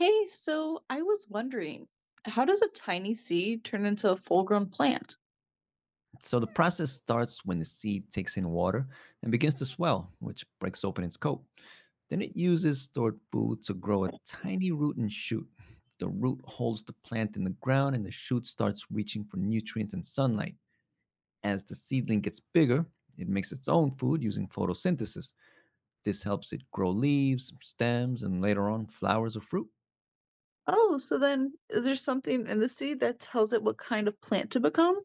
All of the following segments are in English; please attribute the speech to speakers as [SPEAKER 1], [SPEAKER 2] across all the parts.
[SPEAKER 1] Hey, so I was wondering, how does a tiny seed turn into a full grown plant?
[SPEAKER 2] So the process starts when the seed takes in water and begins to swell, which breaks open its coat. Then it uses stored food to grow a tiny root and shoot. The root holds the plant in the ground and the shoot starts reaching for nutrients and sunlight. As the seedling gets bigger, it makes its own food using photosynthesis. This helps it grow leaves, stems, and later on flowers or fruit.
[SPEAKER 1] Oh, so then is there something in the seed that tells it what kind of plant to become?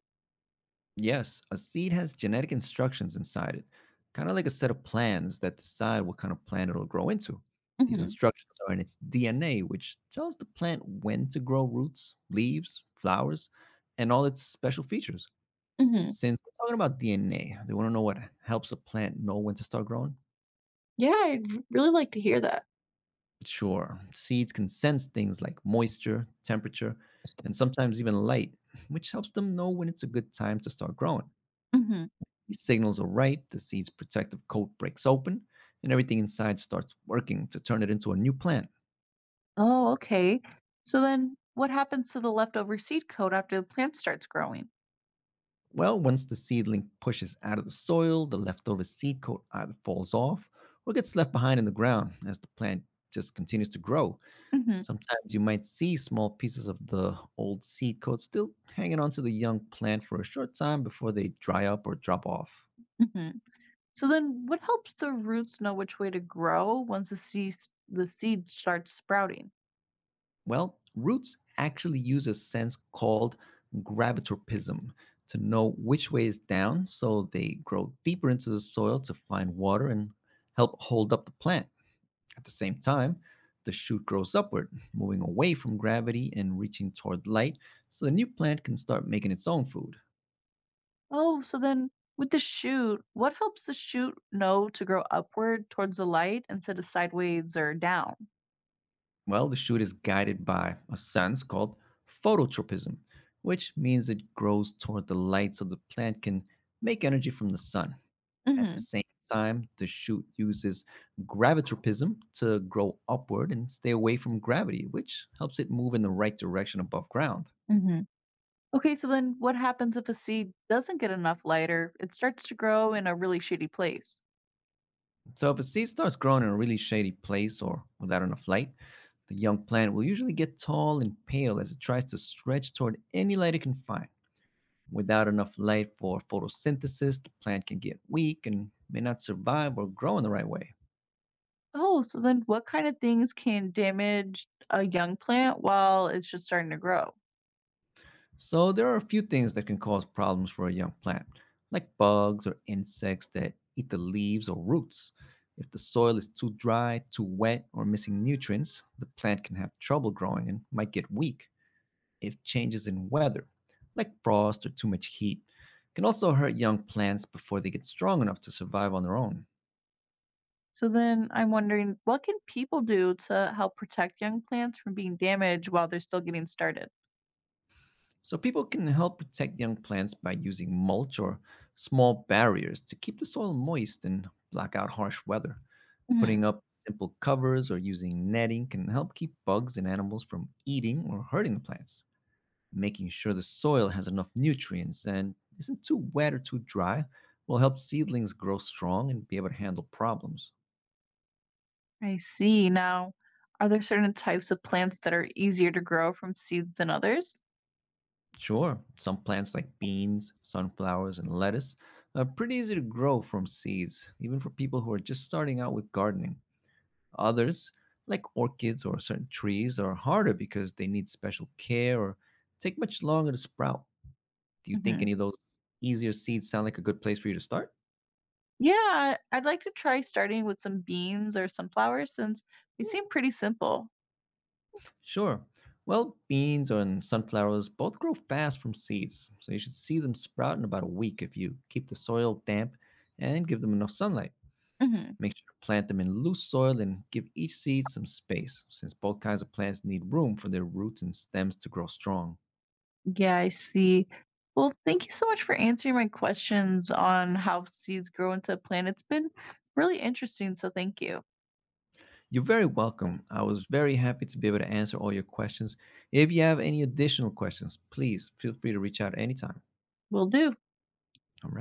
[SPEAKER 2] Yes, a seed has genetic instructions inside it, kind of like a set of plans that decide what kind of plant it'll grow into. These
[SPEAKER 1] Mm-hmm.
[SPEAKER 2] instructions are in its DNA, which tells the plant when to grow roots, leaves, flowers, and all its special features.
[SPEAKER 1] Mm-hmm.
[SPEAKER 2] Since we're talking about DNA, they want to know what helps a plant know when to start growing?
[SPEAKER 1] Yeah, I'd really like to hear that.
[SPEAKER 2] Sure, seeds can sense things like moisture, temperature, and sometimes even light, which helps them know when it's a good time to start growing.
[SPEAKER 1] Mm-hmm.
[SPEAKER 2] He signals a right, the seed's protective coat breaks open, and everything inside starts working to turn it into a new plant.
[SPEAKER 1] Oh, okay. So then what happens to the leftover seed coat after the plant starts growing?
[SPEAKER 2] Well, once the seedling pushes out of the soil, the leftover seed coat either falls off or gets left behind in the ground as the plant just continues to grow.
[SPEAKER 1] Mm-hmm.
[SPEAKER 2] Sometimes you might see small pieces of the old seed coat still hanging onto the young plant for a short time before they dry up or drop off.
[SPEAKER 1] Mm-hmm. So then what helps the roots know which way to grow once the seed starts sprouting?
[SPEAKER 2] Well, roots actually use a sense called gravitropism to know which way is down, so they grow deeper into the soil to find water and help hold up the plant. At the same time, the shoot grows upward, moving away from gravity and reaching toward light, so the new plant can start making its own food.
[SPEAKER 1] Oh, so then with the shoot, what helps the shoot know to grow upward towards the light instead of sideways or down?
[SPEAKER 2] Well, the shoot is guided by a sense called phototropism, which means it grows toward the light so the plant can make energy from the sun. At the
[SPEAKER 1] Mm-hmm.
[SPEAKER 2] same time, the shoot uses gravitropism to grow upward and stay away from gravity, which helps it move in the right direction above ground.
[SPEAKER 1] Mm-hmm. Okay, so then what happens if a seed doesn't get enough light or it starts to grow in a really shitty place?
[SPEAKER 2] So, if a seed starts growing in a really shady place or without enough light, the young plant will usually get tall and pale as it tries to stretch toward any light it can find. Without enough light for photosynthesis, the plant can get weak and may not survive or grow in the right way.
[SPEAKER 1] Oh, so then what kind of things can damage a young plant while it's just starting to grow?
[SPEAKER 2] So, there are a few things that can cause problems for a young plant, like bugs or insects that eat the leaves or roots. If the soil is too dry, too wet, or missing nutrients, the plant can have trouble growing and might get weak. If changes in weather, like frost or too much heat, can also hurt young plants before they get strong enough to survive on their own.
[SPEAKER 1] So then I'm wondering what can people do to help protect young plants from being damaged while they're still getting started?
[SPEAKER 2] So people can help protect young plants by using mulch or small barriers to keep the soil moist and block out harsh weather.
[SPEAKER 1] Mhm.
[SPEAKER 2] Putting up simple covers or using netting can help keep bugs and animals from eating or hurting the plants. Making sure the soil has enough nutrients and isn't too wet or too dry will help seedlings grow strong and be able to handle problems.
[SPEAKER 1] I see. Now, are there certain types of plants that are easier to grow from seeds than others?
[SPEAKER 2] Sure, some plants like beans, sunflowers, and lettuce are pretty easy to grow from seeds, even for people who are just starting out with gardening. Others, like orchids or certain trees, are harder because they need special care or take much longer to sprout. Do you think
[SPEAKER 1] Mhm.
[SPEAKER 2] any of those easier seeds sound like a good place for you to start?
[SPEAKER 1] Yeah, I'd like to try starting with some beans or sunflowers since they seem pretty simple.
[SPEAKER 2] Sure. Well, beans and sunflowers both grow fast from seeds, so you should see them sprout in about a week if you keep the soil damp and give them enough sunlight.
[SPEAKER 1] Hmm.
[SPEAKER 2] Make sure to plant them in loose soil and give each seed some space, since both kinds of plants need room for their roots and stems to grow strong.
[SPEAKER 1] Yeah, I see. Well, thank you so much for answering my questions on how seeds grow into a plant. It's been really interesting, so thank you.
[SPEAKER 2] You're very welcome. I was very happy to be able to answer all your questions. If you have any additional questions, please feel free to reach out anytime.
[SPEAKER 1] Will do.
[SPEAKER 2] All right.